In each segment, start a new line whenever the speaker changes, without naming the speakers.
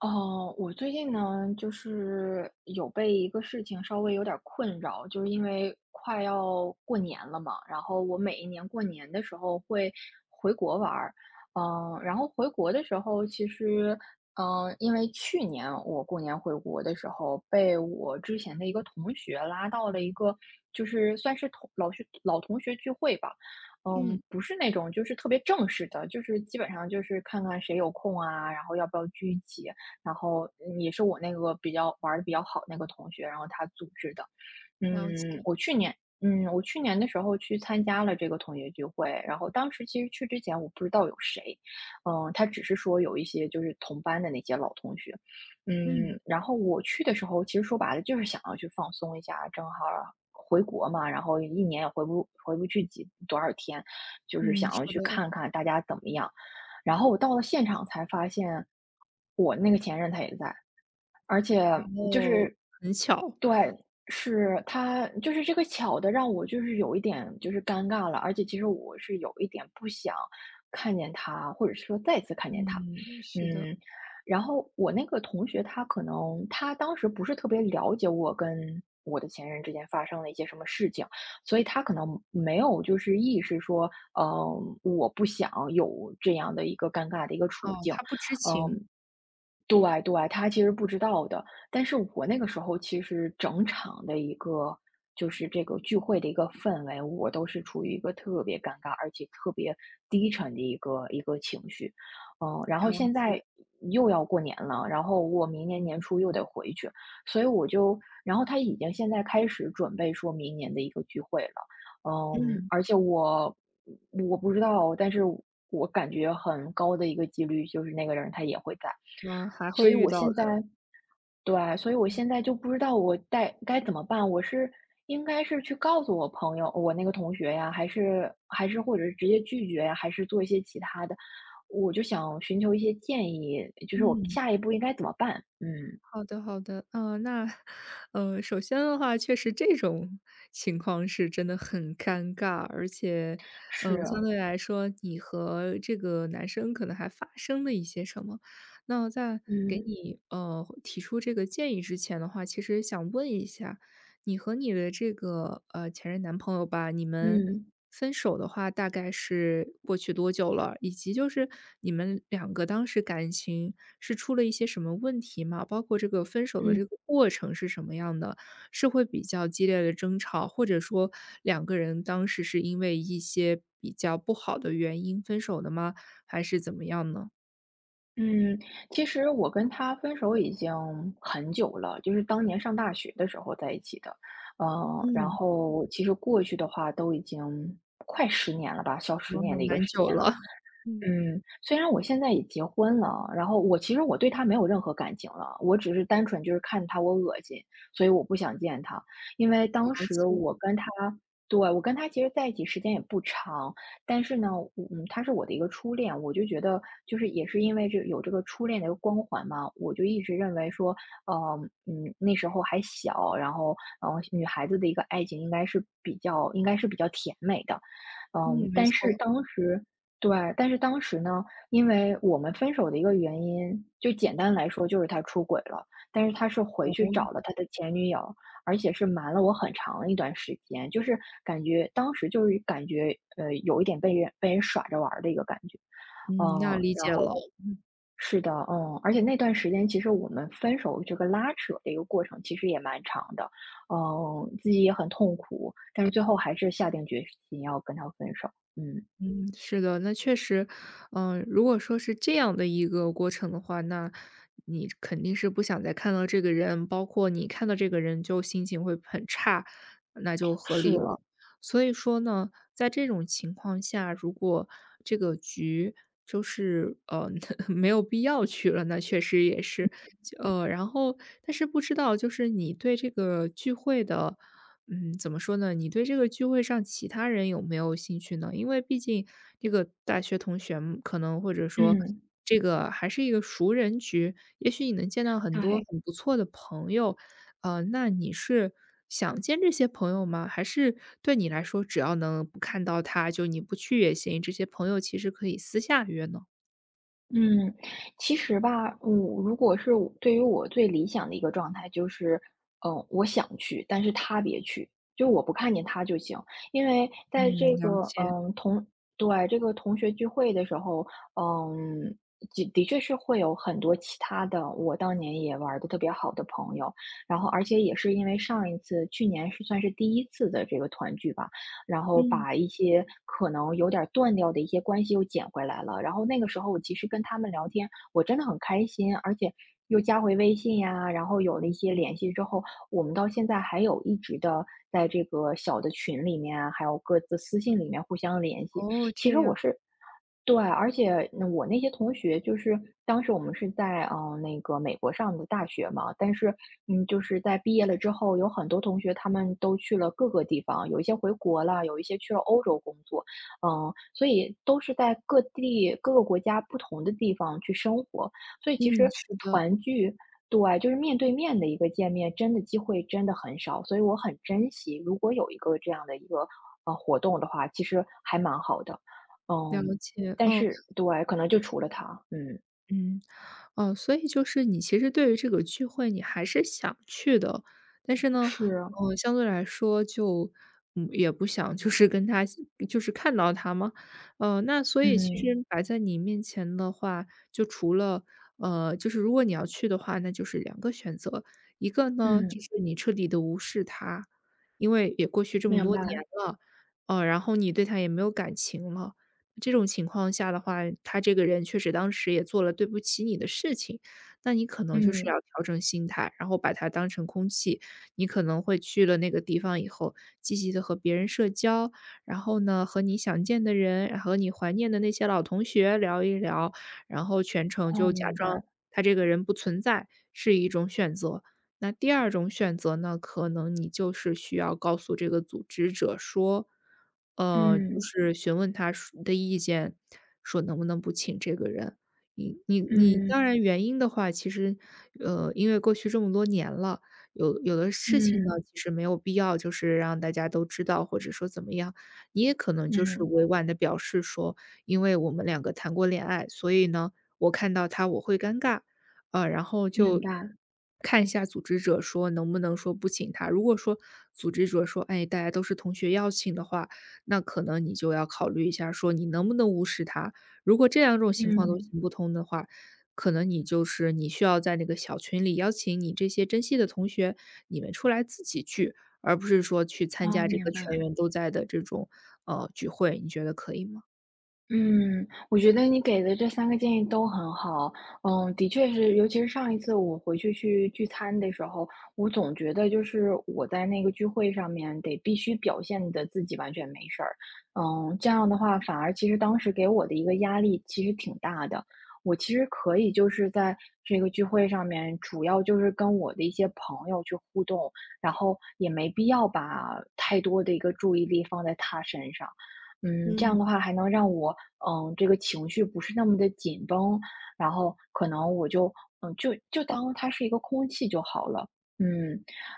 哦，我最近呢，就是有被一个事情稍微有点儿困扰，就是因为快要过年了嘛，然后我每一年过年的时候会回国玩儿。然后回国的时候，其实，因为去年我过年回国的时候，被我之前的一个同学拉到了一个，就是算是同老学老同学聚会吧。
嗯，
不是那种就是特别正式的，就是基本上就是看看谁有空啊，然后要不要聚一起啊，然后也是我那个玩的比较好那个同学，然后他组织的。
了解。
嗯，我去年，我去年的时候去参加了这个同学聚会，然后当时其实去之前我不知道有谁。他只是说有一些就是同班的那些老同学。
嗯，
然后我去的时候，其实说白了就是想要去放松一下，正好回国嘛，然后一年也回不去多少天，就是
嗯，
想
是
要去
的，
看看大家怎么样。然后我到了现场才发现，我那个前任他也在。而且
然
就
后
是，
很巧。
对，是他，就是这个巧的让我就是有一点就是尴尬了，而且其实我是有一点不想看见他，或者是说再次看见他。
嗯，是的。
嗯，然后我那个同学，他可能当时不是特别了解我跟我的前任之间发生了一些什么事情，所以他可能没有就是意识说，嗯、我不想有这样的一个尴尬的一个处
哦，
境。
他不知情，
嗯，对对，他其实不知道的。但是我那个时候其实整场的一个就是这个聚会的一个氛围，我都是处于一个特别尴尬，而且特别低沉的一个情绪。然后
了
现在
解。
又要过年了，然后我明年年初又得回去，所以我就，然后他已经现在开始准备说明年的一个聚会了。嗯，
嗯，
而且我不知道，但是我感觉很高的一个几率就是那个人他也会在。
还
所
会
以
遇
我
到
现
的，
在对，所以我
嗯。
现在就不知道我该怎么办。应该是去告诉我朋友，我那个同学呀，还是或者是直接拒绝呀，还是做一些其他的？我就想寻求一些建议，就是我
嗯。
下一步应该怎么办？嗯，
好的，好的，首先的话，确实这种情况是真的很尴尬，而且，
是
呃，
啊，
相对来说，你和这个男生可能还发生了一些什么。那在给
嗯
你提出这个建议之前的话，其实想问一下，你和你的这个前任男朋友吧，你们
嗯
分手的话，大概是过去多久了？以及就是你们两个当时感情。是出了一些什么问题吗？包括这个分手的
嗯。
这个过程是什么样的？是会比较激烈的争吵，或者说两个人当时是因为一些比较不好的原因分手的吗？还是怎么样呢？
嗯，其实我跟他分手已经很久了，就是当年上大学的时候在一起的。然
嗯，
后其实过去的话都已经快十年了吧，小十
哦，
年的一个
蛮
时
久
间了。
了，嗯。
嗯，虽然我现在也结婚了，然后我其实对他没有任何感情了，我只是单纯就是看他我恶心，所以我不想见他。因为当
了
时
解，
我跟他对，我跟他其实在一起时间也不长，但是呢，他是我的一个初恋，我就觉得就是也是因为有这个初恋的一个光环嘛，我就一直认为说，呃，那时候还小，然后，女孩子的一个爱情应该是比较甜美的，
嗯，
嗯，
没
但是
错，
当时。对，但是当时呢，因为我们分手的一个原因，就简单来说就是他出轨了，但是他是回去
哦
找了他的前女友，而且是瞒了我很长一段时间，就是感觉当时就是感觉，有一点被人耍着玩儿的一个感觉。嗯，
嗯，那理
然
解
后，
了。嗯
是的。嗯，而且那段时间其实我们分手这个拉扯的一个过程其实也蛮长的，嗯，自己也很痛苦，但是最后还是下定决心要跟他分手。嗯，
嗯，是的，那确实，嗯、如果说是这样的一个过程的话，那你肯定是不想再看到这个人，包括你看到这个人就心情会很差，那就合理
是，
了。所以说呢，在这种情况下，如果这个局就是呃 没有必要去了，那确实也是，呃，然后但是不知道就是你对这个聚会的。嗯，怎么说呢？你对这个聚会上其他人有没有兴趣呢？因为毕竟这个大学同学们可能或者说
嗯，
这个还是一个熟人局，也许你能见到很多
对。
很不错的朋友，呃，那你是想见这些朋友吗？还是对你来说，只要能不看到他，就你不去也行，这些朋友其实可以私下约呢？
嗯，其实吧，如果是我对于我最理想的一个状态，就是，我想去，但是他别去，就我不看见他就行。因为在
嗯，
这
了
个，
解。
嗯，同，对，这个同学聚会的时候，嗯，的确是会有很多其他的我当年也玩的特别好的朋友，然后而且也是因为上一次，去年是算是第一次的这个团聚吧，然后
嗯，
把一些可能有点儿断掉的一些关系又捡回来了。然后那个时候我其实跟他们聊天，我真的很开心，而且又加回微信呀，然后有了一些联系之后，我们到现在还有一直的在这个小的群里面啊，还有各自私信里面互相联系。
哦，这
其实
样，
我是对，而且那我那些同学就是当时我们是在那个美国上的大学嘛，但是嗯，就是在毕业了之后，有很多同学他们都去了各个地方，有一些回国了，有一些去了欧洲工作，嗯，所以都是在各地各个国家不同的地方去生活，所以
嗯，
其实
是的，
团聚。对，就是面对面的一个见面，真的机会真的很少，所以我很珍惜。如果有一个这样的一个活动的话，其实还蛮好的。
了
嗯，
解，
但
哦。
是对，可能就除了他。嗯，
嗯，哦，所以就是你其实对于这个聚会你还是想去的，但是呢，
是。
呃，相对来说就，嗯，也不想就是跟他就是看到他嘛。呃，那所以其嗯
嗯，
实嗯摆在你面前的话，就除了呃，就是如果你要去的话，那就是两个选择。一个呢，就
嗯，
是你彻底的无视他，因为也过去这么
明
多年
白。
了，呃，然后你对他也没有感情了。这种情况下的话，他这个人确实当时也做了对不起你的事情，那你可能就是要
嗯，
调整心态，然后把他当成空气。你可能会去了那个地方以后，积极的和别人社交，然后呢，和你想见的人，和你怀念的那些老同学聊一聊，然后全程
哦，
就假
明
装
白。
他这个人不存在，是一种选择。那第二种选择呢，可能你就是需要告诉这个组织者说，呃，就
嗯，
是询问他说的意见，说能不能不请这个人。你，
嗯，
当然原因的话，其实，呃，因为过去这么多年了，有的事情呢，
嗯。
其实没有必要就是让大家都知道，或者说怎么样，你也可能就是
嗯，
委婉的表示说，因为我们两个谈过恋爱，所以呢，我看到他我会尴尬，呃，然后
明
就
白。
看一下组织者说能不能说不请他。如果说组织者说，哎，大家都是同学要请的话，那可能你就要考虑一下，说你能不能无视他。如果这两种情况嗯都
嗯，
行不通的话，可能你就是你需要在那个小群里邀请你这些珍惜的同学，你们出来自己聚，而不是说去参
哦，
加这个
明白。
全员都在的这种呃聚会，你觉得可以吗？
嗯，我觉得你给的这三个建议都很好。嗯，的确是，尤其是上一次我回去聚餐的时候，我总觉得就是我在那个聚会上面得必须表现的自己完全没事儿。嗯，这样的话反而其实当时给我的一个压力其实挺大的。我其实可以就是在这个聚会上面，主要就是跟我的一些朋友去互动，然后也没必要把太多的一个注意力放在他身上。嗯，这样
嗯
的话还能让我，嗯，这个情绪不是那么的紧绷，然后可能我就就当它是一个空气就好了。嗯，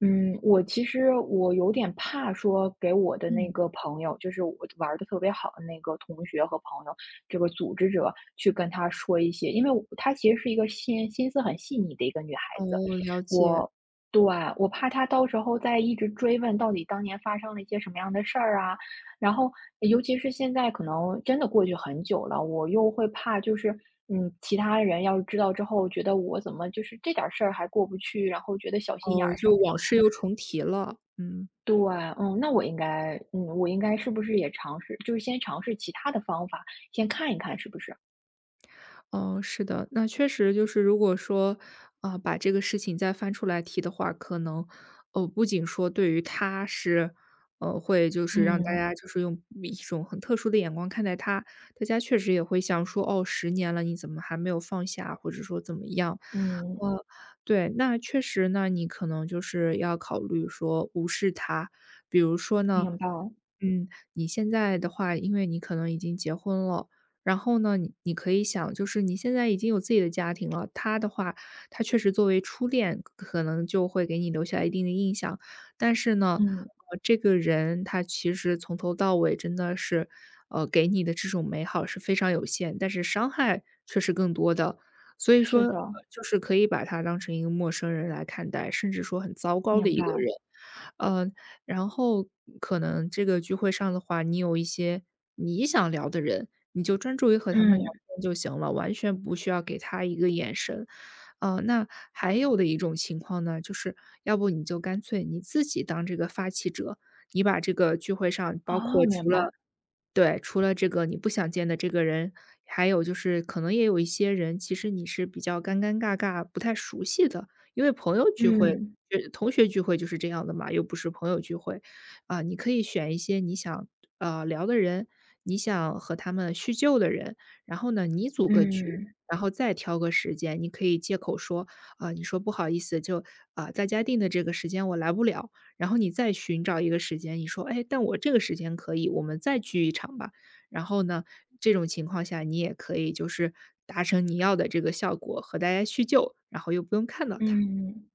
嗯，我其实我有点怕说给我的那
嗯。
个朋友，就是我玩的特别好的那个同学和朋友，这个组织者去跟他说一些因为她其实是一个心思很细腻的一个女孩子，
哦，了解，
我对，我怕她到时候再一直追问到底当年发生了一些什么样的事儿啊，然后尤其是现在可能真的过去很久了，我又会怕就是，嗯，其他人要是知道之后，觉得我怎么就是这点儿事儿还过不去，然后觉得小心眼
哦，
儿什
就
么的。
往事又重提了，嗯。
对。嗯，那我应该，嗯，我应该是不是也尝试，就是先尝试其他的方法，先看一看是不是？
哦，是的，那确实就是如果说，啊，把这个事情再翻出来提的话，可能，呃，不仅说对于他是，呃，会就是让大
嗯
家就是用一种很特殊的眼光看待他，大家确实也会想说，哦10年了，你怎么还没有放下，或者说怎么样。
嗯，
呃，对，那确实呢，你可能就是要考虑说无视他。比如说呢，
明白，了。
嗯，你现在的话，因为你可能已经结婚了，然后呢，你可以想，就是你现在已经有自己的家庭了，他的话，他确实作为初恋，可能就会给你留下一定的印象。但是呢，
嗯，
呃，这个人他其实从头到尾真的是，呃，给你的这种美好是非常有限，但是伤害却是更多的。所以说，
是
呃
的，
就是可以把他当成一个陌生人来看待，甚至说很糟糕的
明
一个
白。
人。呃，然后可能这个聚会上的话，你有一些你想聊的人。你就专注于和他们聊
嗯，
天就行了，完全不需要给他一个眼神。呃，那还有的一种情况呢，就是要不你就干脆你自己当这个发起者，你把这个聚会上包
哦，
括
明
除
白。
了对，除了这个你不想见的这个人，还有就是可能也有一些人，其实你是比较尴尬、不太熟悉的，因为朋友聚会、嗯
嗯
呃同学聚会就是这样的嘛，又不是朋友聚会。啊，你可以选一些你想，呃，聊的人，你想和他们叙旧的人，然后呢，你组个局，
嗯
然后再挑个时间，你可以借口说，啊，你说不好意思，就，啊，在家定的这个时间我来不了。然后你再寻找一个时间，你说："哎，但我这个时间可以，我们再聚一场吧。"然后呢，这种情况下你也可以就是达成你要的这个效果，和大家叙旧，然后又不用看到他。
嗯。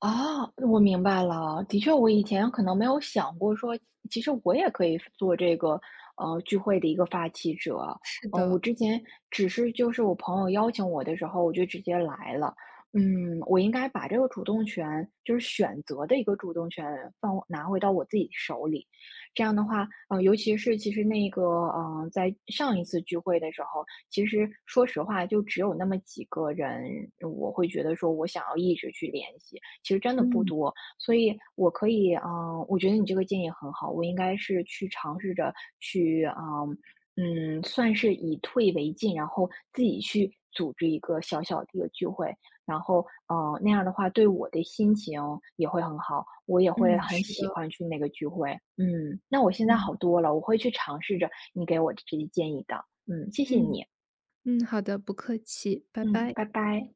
哦，我明白了。的确，我以前可能没有想过说，其实我也可以做这个聚会的一个发起者。
是
我
的，
之前只是就是我朋友邀请我的时候，我就直接来了。嗯，我应该把这个主动权，就是选择的一个主动权拿回到我自己手里。这样的话，尤其是其实那个，在上一次聚会的时候，其实说实话，就只有那么几个人，我会觉得说我想要一直去联系。其实真的不
嗯，嗯，
多。所以我可以，我觉得你这个建议很好，我应该是去尝试着去，算是以退为进，然后自己去组织一个小小的一个聚会，然后，嗯，那样的话对我的心情也会很好，我也会
嗯
很
是
喜
的，
欢去那个聚会。嗯，那我现在
嗯，
好多了，我会去尝试着你给我的这些建议的。嗯，谢谢
嗯。
你。
嗯，好的，不客气，拜
嗯，
拜。
拜拜。